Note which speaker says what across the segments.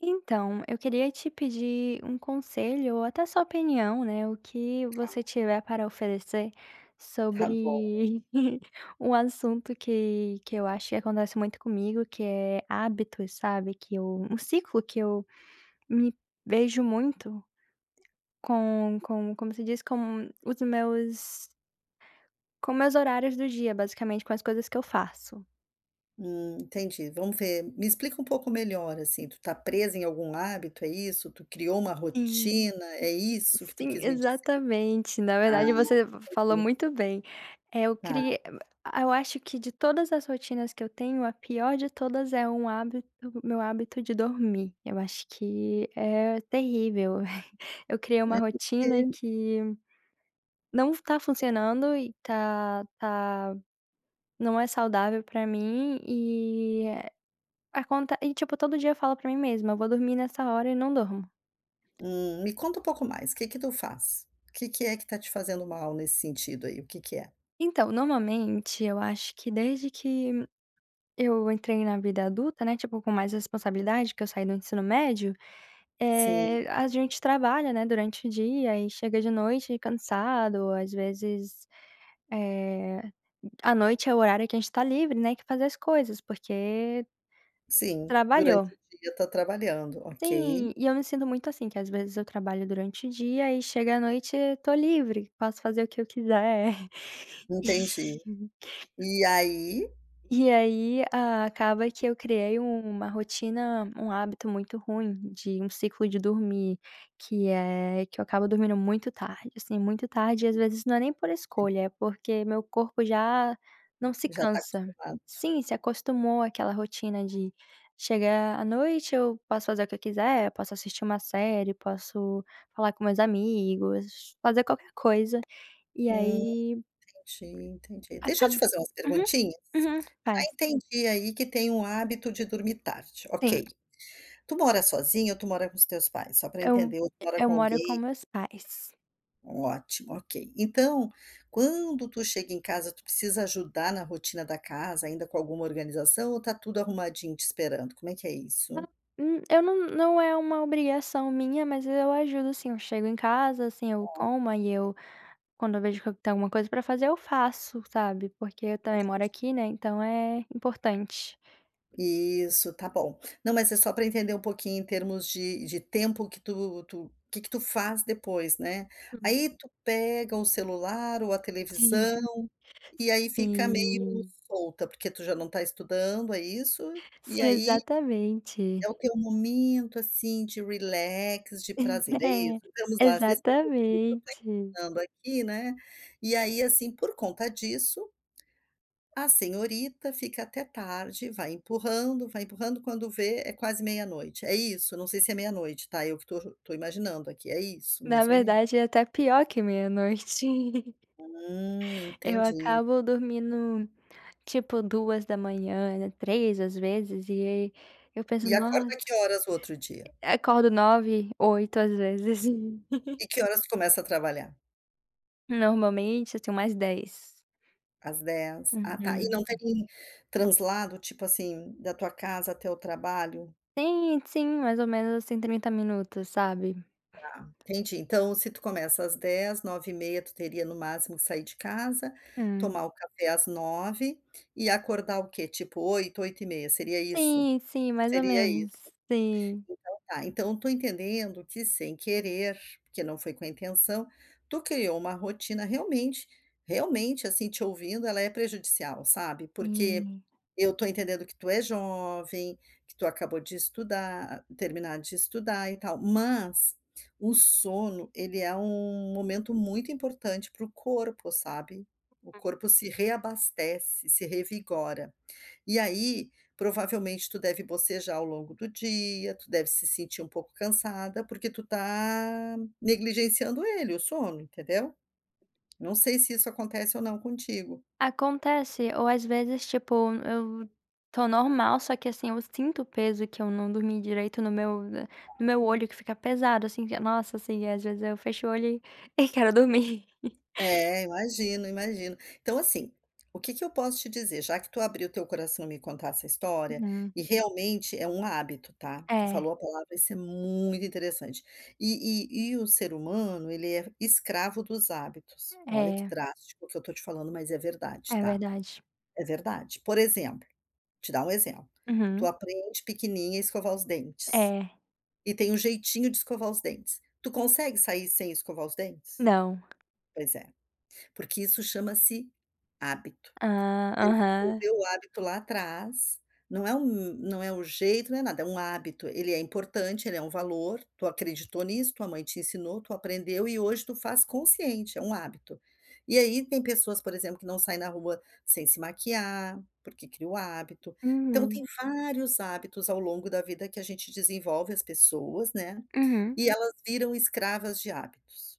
Speaker 1: Então, eu queria te pedir um conselho ou até sua opinião, né? O que você tiver para oferecer
Speaker 2: Tá bom.
Speaker 1: sobre um assunto que eu acho que acontece muito comigo, que é hábitos, sabe? Que eu, um ciclo que eu me vejo muito como se diz, com os meus, com meus horários do dia, basicamente, com as coisas que eu faço.
Speaker 2: Entendi. Vamos ver. Me explica um pouco melhor, assim, tu tá presa em algum hábito, é isso? Tu criou uma
Speaker 1: Sim.
Speaker 2: rotina, é isso que tu
Speaker 1: Sim,
Speaker 2: quis me dizer?
Speaker 1: exatamente. Na
Speaker 2: Ah,
Speaker 1: verdade, você falou
Speaker 2: ok.
Speaker 1: muito bem. Eh, eu
Speaker 2: Tá.
Speaker 1: criei eu acho que de todas as rotinas que eu tenho, a pior de todas é um hábito meu hábito de dormir. Eu acho que é terrível. Eu criei
Speaker 2: É
Speaker 1: uma rotina
Speaker 2: porque
Speaker 1: que não tá funcionando e não é saudável pra mim e aconte e, tipo, todo dia eu falo pra mim mesma: "Eu vou dormir nessa hora", e não durmo.
Speaker 2: me conta um pouco mais, o que que tu faz? O que que é que tá te fazendo mal nesse sentido aí? O que que é?
Speaker 1: Então, normalmente, eu acho que desde que eu entrei na vida adulta, né, tipo, com mais responsabilidade, que eu saí do ensino médio,
Speaker 2: Sim,
Speaker 1: a gente trabalha, né, durante o dia e chega de noite cansado, às vezes, eh, à noite é o horário que a gente tá livre, né, que fazer as coisas, porque
Speaker 2: sim,
Speaker 1: trabalhou.
Speaker 2: durante o dia tá trabalhando, ok.
Speaker 1: Sim, e eu me sinto muito assim, que às vezes eu trabalho durante o dia e chega à noite, tô livre, posso fazer o que eu quiser.
Speaker 2: Entendi. E aí,
Speaker 1: E aí, acaba que eu criei uma rotina, um hábito muito ruim de um ciclo de dormir, que é que eu acabo dormindo muito tarde, assim, muito tarde, e às vezes não é nem por escolha, é porque meu corpo já não se
Speaker 2: já tá
Speaker 1: cansa.
Speaker 2: acostumado.
Speaker 1: Sim, se acostumou àquela rotina de chegar à noite, eu posso fazer o que eu quiser, posso assistir uma série, posso falar com meus amigos, fazer qualquer coisa, e
Speaker 2: Hum,
Speaker 1: aí
Speaker 2: entendi, entendi. Deixa eu te
Speaker 1: acaba.
Speaker 2: fazer umas
Speaker 1: Uhum,
Speaker 2: perguntinhas.
Speaker 1: uhum, faz.
Speaker 2: Entendi aí que tem um hábito de dormir tarde,
Speaker 1: Sim.
Speaker 2: ok. Tu mora sozinha ou tu mora com os teus pais? Só para
Speaker 1: Eu
Speaker 2: entender, ou tu mora
Speaker 1: eu
Speaker 2: com
Speaker 1: moro com
Speaker 2: alguém?
Speaker 1: meus pais.
Speaker 2: Ótimo, ok. Então, quando tu chega em casa, tu precisa ajudar na rotina da casa, ainda com alguma organização, ou tá tudo arrumadinho te esperando? Como é que é
Speaker 1: Ah,
Speaker 2: isso?
Speaker 1: Eu não não é uma obrigação minha, mas eu ajudo assim. Eu chego em casa, assim, eu como, aí eu quando eu vejo que tem alguma coisa pra fazer, eu faço, sabe, porque eu também moro aqui, né, então é importante.
Speaker 2: Isso, tá bom. Não, mas é só para entender um pouquinho em termos de tempo que tu que tu faz depois, né.
Speaker 1: Hum,
Speaker 2: Aí tu pega o celular ou a
Speaker 1: sim.
Speaker 2: televisão, e aí fica meio
Speaker 1: Sim.
Speaker 2: solta, porque tu já não tá estudando, é isso? E
Speaker 1: Sim,
Speaker 2: aí
Speaker 1: exatamente.
Speaker 2: é o teu momento, assim, de relax, de prazer, é isso? Vamos
Speaker 1: É,
Speaker 2: lá, às vezes eu estou
Speaker 1: exatamente.
Speaker 2: estudando aqui, né, e aí, assim, por conta disso a senhorita fica até tarde, vai empurrando, quando vê é quase meia-noite. É isso, não sei se é meia-noite, tá, eu que tô imaginando aqui, é isso,
Speaker 1: Na
Speaker 2: mais ou menos?
Speaker 1: verdade, é até pior que meia-noite. Eu
Speaker 2: Entendi.
Speaker 1: acabo dormindo tipo 2h, 3 três às vezes, e aí eu penso:
Speaker 2: E acorda
Speaker 1: "Nossa",
Speaker 2: que horas o outro dia?
Speaker 1: acordo nove, 8 às vezes.
Speaker 2: E que horas tu começa a trabalhar?
Speaker 1: Normalmente, assim, mais dez.
Speaker 2: Às dez, ah, tá. E não
Speaker 1: Uhum.
Speaker 2: tem translado, tipo assim, da tua casa até o trabalho?
Speaker 1: Sim, sim, mais ou menos, assim, 30 minutos, sabe.
Speaker 2: Tá, entendi. Então, se tu começa às dez, nove e meia, tu teria no máximo que sair de casa,
Speaker 1: Hum.
Speaker 2: tomar o café às nove e acordar o quê? Tipo oito, oito e meia, seria isso?
Speaker 1: Sim, sim, mais ou
Speaker 2: Seria
Speaker 1: menos.
Speaker 2: isso.
Speaker 1: Sim,
Speaker 2: Então tá, então eu entendendo que sem querer, porque não foi com a intenção, tu criou uma rotina realmente, assim, te ouvindo, ela é prejudicial, sabe, porque
Speaker 1: sim.
Speaker 2: eu estou entendendo que tu é jovem, que tu acabou de estudar terminar de estudar e tal, mas o sono, ele é um momento muito importante para o corpo, sabe, o corpo se reabastece, se revigora. E aí, provavelmente tu deve bocejar ao longo do dia, tu deve se sentir um pouco cansada, porque tu tá negligenciando ele, o sono, entendeu? Não sei se isso acontece ou não contigo.
Speaker 1: Acontece, ou às vezes, tipo, eu tô normal, só que assim, eu sinto o peso que eu não dormi direito no meu olho que fica pesado, assim, que nossa, assim, às vezes eu fecho o olho e e quero dormir.
Speaker 2: É, imagino, imagino. Então, assim, o que que eu posso te dizer? Já que tu abriu teu coração e me contar essa história,
Speaker 1: Uhum.
Speaker 2: e realmente é um hábito, tá? Tu
Speaker 1: É,
Speaker 2: falou a palavra, isso é muito interessante. E, e o ser humano, ele é escravo dos hábitos. Olha que
Speaker 1: é,
Speaker 2: drástico que eu tô te falando, mas é verdade,
Speaker 1: é
Speaker 2: tá?
Speaker 1: verdade.
Speaker 2: É verdade. Por exemplo, te dar um exemplo, tu
Speaker 1: Uhum.
Speaker 2: aprende pequenininha a escovar os dentes,
Speaker 1: É.
Speaker 2: e tem um jeitinho de escovar os dentes. Tu consegue sair sem escovar os dentes?
Speaker 1: Não.
Speaker 2: Pois é, porque isso chama-se hábito.
Speaker 1: Ah, aham.
Speaker 2: Desenvolver o hábito lá atrás, não é o jeito, não é nada, é um hábito, ele é importante, ele é um valor, tu acreditou nisso, tua mãe te ensinou, tu aprendeu e hoje tu faz consciente, é um hábito. E aí tem pessoas, por exemplo, que não saem na rua sem se maquiar, porque cria o hábito. Então tem
Speaker 1: Uhum,
Speaker 2: vários hábitos ao longo da vida que a gente desenvolve as pessoas, né,
Speaker 1: uhum.
Speaker 2: e elas viram escravas de hábitos.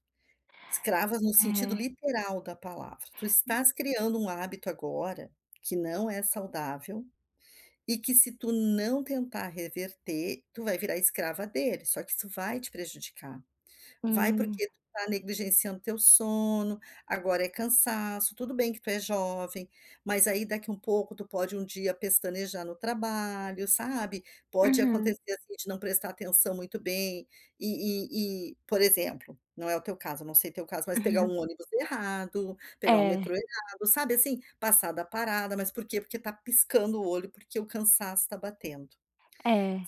Speaker 2: Escravas no sentido
Speaker 1: É,
Speaker 2: literal da palavra. Tu estás criando um hábito agora que não é saudável e que se tu não tentar reverter, tu vai virar escrava dele, só que isso vai te prejudicar.
Speaker 1: sim.
Speaker 2: Vai
Speaker 1: Uhum.
Speaker 2: porque tu tá negligenciando teu sono, agora é cansaço, tudo bem que tu é jovem, mas aí daqui um pouco tu pode um dia pestanejar no trabalho, sabe. Pode acontecer, assim, de não prestar atenção muito bem e, por exemplo, não é o teu caso, não sei teu caso, mas pegar
Speaker 1: Uhum.
Speaker 2: um ônibus errado, pegar um
Speaker 1: É,
Speaker 2: metrô errado, sabe, assim, passar da parada, mas por quê? Porque tá piscando o olho, porque o cansaço tá batendo,
Speaker 1: é.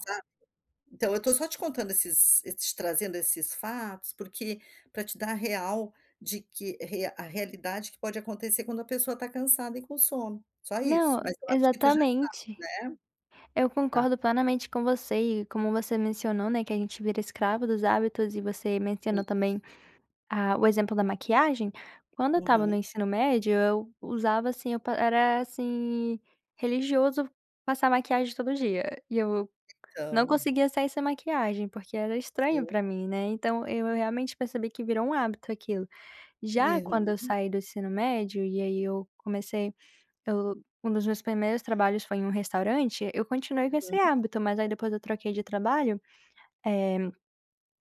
Speaker 2: então, eu estou só te contando esses te trazendo esses fatos, porque para te dar a real de que re a realidade que pode acontecer quando a pessoa está cansada e com sono, só isso.
Speaker 1: Não,
Speaker 2: Mas eu acho que tu já sabe,
Speaker 1: exatamente.
Speaker 2: né,
Speaker 1: Eu
Speaker 2: tá,
Speaker 1: concordo plenamente com você e como você mencionou, né, que a gente vira escravo dos hábitos e você mencionou
Speaker 2: isso.
Speaker 1: também, ah, o exemplo da maquiagem. Quando eu estava
Speaker 2: Uhum,
Speaker 1: no ensino médio, eu usava assim, eu pa era assim, religioso passar maquiagem todo dia, e eu não
Speaker 2: então,
Speaker 1: conseguia sair sem maquiagem, porque era estranho
Speaker 2: viu.
Speaker 1: pra mim, né, então eu realmente percebi que virou um hábito aquilo. Já
Speaker 2: Ih,
Speaker 1: quando eu saí do ensino médio e aí eu comecei eu um dos meus primeiros trabalhos foi em um restaurante, eu continuei com esse
Speaker 2: uhum,
Speaker 1: hábito, mas aí depois eu troquei de trabalho, eh,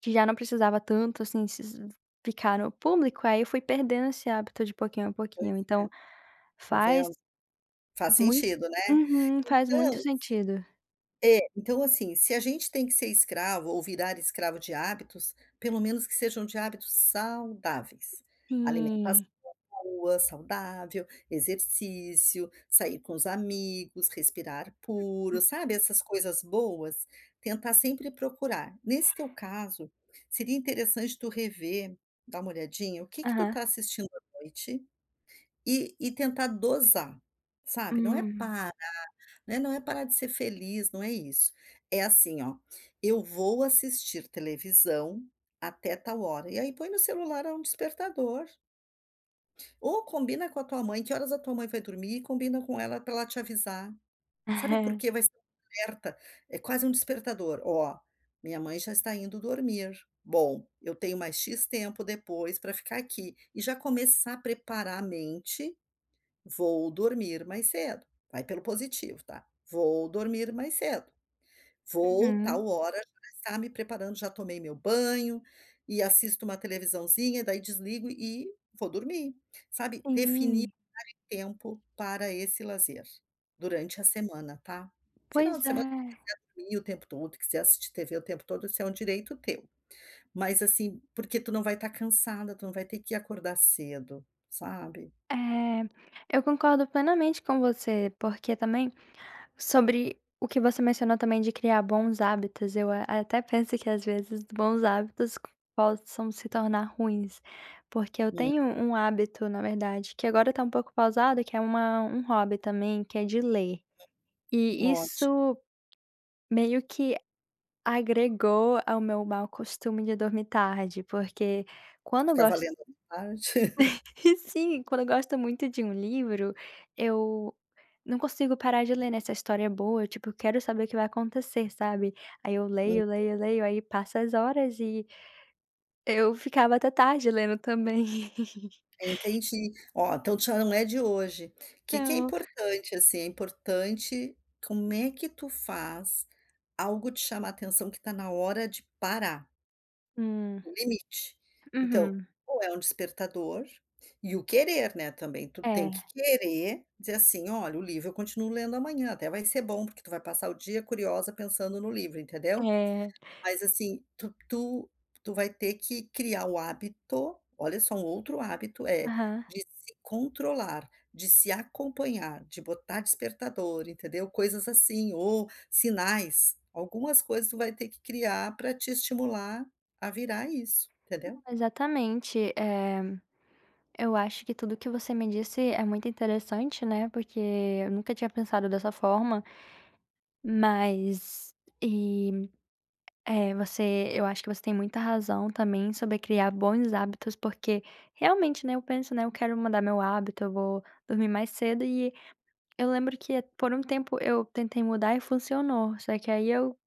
Speaker 1: que já não precisava tanto, assim, s ficar no público, aí eu fui perdendo esse hábito de pouquinho a pouquinho,
Speaker 2: pois,
Speaker 1: então
Speaker 2: é, tá
Speaker 1: faz
Speaker 2: vendo? Faz
Speaker 1: muito
Speaker 2: sentido, né.
Speaker 1: uhum, faz muito
Speaker 2: Então
Speaker 1: sentido.
Speaker 2: é, então assim, se a gente tem que ser escravo ou virar escravo de hábitos, pelo menos que sejam de hábitos saudáveis. Alimentação
Speaker 1: Sim.
Speaker 2: rua, saudável, exercício, sair com os amigos, respirar puro,
Speaker 1: Hum.
Speaker 2: sabe, essas coisas boas, tentar sempre procurar. Nesse teu caso, seria interessante tu rever, dar uma olhadinha, o que que tu
Speaker 1: Aham.
Speaker 2: tá assistindo à noite e tentar dosar, sabe? Não é
Speaker 1: Hum.
Speaker 2: para, né? Não é parar de ser feliz, não é isso. É assim, ó, eu vou assistir televisão até tal hora. E aí põe no celular um despertador. Ou combina com a tua mãe, que horas a tua mãe vai dormir, e combina com ela para ela te avisar. Sabe por quê? Vai ser um alerta, é quase um despertador: "Ó, minha mãe já está indo dormir. Bom, eu tenho mais X tempo depois para ficar aqui", e já começar a preparar a mente: "Vou dormir mais cedo", vai pelo positivo, tá? "Vou dormir mais cedo, vou tal
Speaker 1: Uhum.
Speaker 2: hora já estar me preparando, já tomei meu banho, e assisto uma televisãozinha, daí desligo e vou dormir", sabe? Definir
Speaker 1: Sim.
Speaker 2: tempo para esse lazer, durante a semana, tá.
Speaker 1: Pois
Speaker 2: Final de semana
Speaker 1: é.
Speaker 2: dormir o tempo todo, quiser assistir TV o tempo todo, isso é um direito teu. Mas, assim, porque tu não vai estar cansada, tu não vai ter que acordar cedo, sabe.
Speaker 1: É, eu concordo plenamente com você, porque também sobre o que você mencionou também de criar bons hábitos, até penso que às vezes bons hábitos possam se tornar ruins, porque eu
Speaker 2: Hum,
Speaker 1: tenho um hábito, na verdade, que agora tá um pouco pausado, que é uma, um hobby também, que é de ler. E
Speaker 2: ótimo,
Speaker 1: isso meio que agregou ao meu mau costume de dormir tarde, porque
Speaker 2: tu
Speaker 1: quando eu
Speaker 2: ficava
Speaker 1: gosto,
Speaker 2: lendo à tarde.
Speaker 1: sim, quando eu gosto muito de um livro, eu não consigo parar de ler, né, se história é boa, tipo, eu tipo, quero saber o que vai acontecer, sabe. Aí eu
Speaker 2: Hum,
Speaker 1: leio, leio, leio, aí passa as horas e eu ficava até tarde lendo também.
Speaker 2: entendi. Ó, então já não é de hoje. O que que é
Speaker 1: Não.
Speaker 2: importante, assim, é importante como é que tu faz algo te chamar a atenção que está na hora de parar.
Speaker 1: Hum.
Speaker 2: O limite. Então,
Speaker 1: Uhum.
Speaker 2: ou é um despertador e o querer, né, também, tu tem que
Speaker 1: É,
Speaker 2: querer dizer assim: "Olha, o livro eu continuo lendo amanhã, até vai ser bom, porque tu vai passar o dia curiosa pensando no livro", entendeu?
Speaker 1: é.
Speaker 2: Mas assim, tu tu vai ter que criar o hábito, olha só um outro hábito, é
Speaker 1: Aham.
Speaker 2: de se controlar, de se acompanhar, de botar despertador, entendeu? Coisas assim, ou sinais, algumas coisas tu vai ter que criar para te estimular a virar isso, entendeu?
Speaker 1: Não, exatamente. Eu acho que tudo que você me disse é muito interessante, né, porque eu nunca tinha pensado dessa forma, mas e É, você eu acho que você tem muita razão também sobre criar bons hábitos, porque realmente, né, eu penso, né, eu quero mudar meu hábito, eu vou dormir mais cedo e eu lembro que por um tempo eu tentei mudar e funcionou, só que aí eu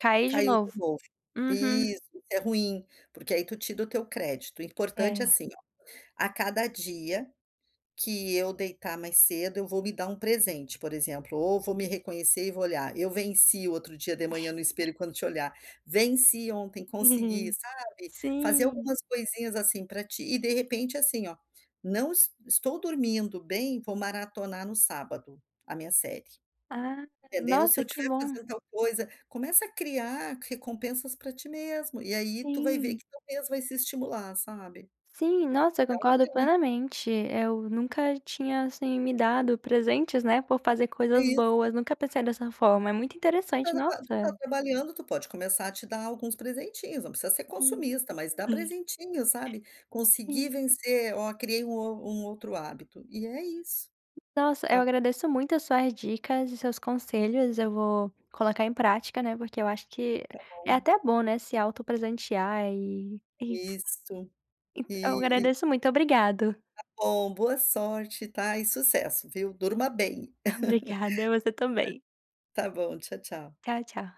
Speaker 1: caí de
Speaker 2: Caiu de
Speaker 1: novo.
Speaker 2: novo.
Speaker 1: Uhum,
Speaker 2: Isso é ruim, porque aí tu tira o teu crédito. O importante é
Speaker 1: é.
Speaker 2: assim ó, a cada dia que eu deitar mais cedo, eu vou me dar um presente, por exemplo, ou vou me reconhecer e vou olhar: "Eu venci", outro dia de manhã no espelho quando te olhar, "Venci ontem, consegui", sabe, fazer
Speaker 1: Sim.
Speaker 2: algumas coisinhas assim para ti e de repente assim ó, não es estou dormindo bem, vou maratonar no sábado a minha série,
Speaker 1: Ah,
Speaker 2: entendeu? Se eu
Speaker 1: nossa, que
Speaker 2: estiver
Speaker 1: bom.
Speaker 2: fazendo tal coisa, começa a criar recompensas para ti mesmo, e aí tu vai ver
Speaker 1: Sim.
Speaker 2: que tu mesmo vai se estimular, sabe?
Speaker 1: Sim, nossa, eu
Speaker 2: É um
Speaker 1: concordo
Speaker 2: jeito,
Speaker 1: plenamente. Eu nunca tinha, assim, me dado presentes, né, por fazer
Speaker 2: é
Speaker 1: coisas
Speaker 2: isso.
Speaker 1: boas, nunca pensei dessa forma. É muito
Speaker 2: Tu
Speaker 1: interessante,
Speaker 2: tá tu tá
Speaker 1: nossa.
Speaker 2: trabalhando, tu pode começar a te dar alguns presentinhos, não precisa ser
Speaker 1: Sim,
Speaker 2: consumista, mas dá presentinho, sabe. "Consegui
Speaker 1: sim.
Speaker 2: vencer, ó, criei um o um outro hábito", e é isso.
Speaker 1: Nossa,
Speaker 2: Tá
Speaker 1: eu
Speaker 2: bom,
Speaker 1: agradeço muito as suas dicas e seus conselhos, eu vou colocar em prática, né, porque eu acho que é até bom, né, se autopresentear e e
Speaker 2: isso.
Speaker 1: e eu
Speaker 2: E
Speaker 1: agradeço muito, obrigado.
Speaker 2: bom, boa sorte, tá, e sucesso, viu. Durma bem.
Speaker 1: Obrigada, você também.
Speaker 2: Tá bom, tchau, tchau.
Speaker 1: Tchau, tchau.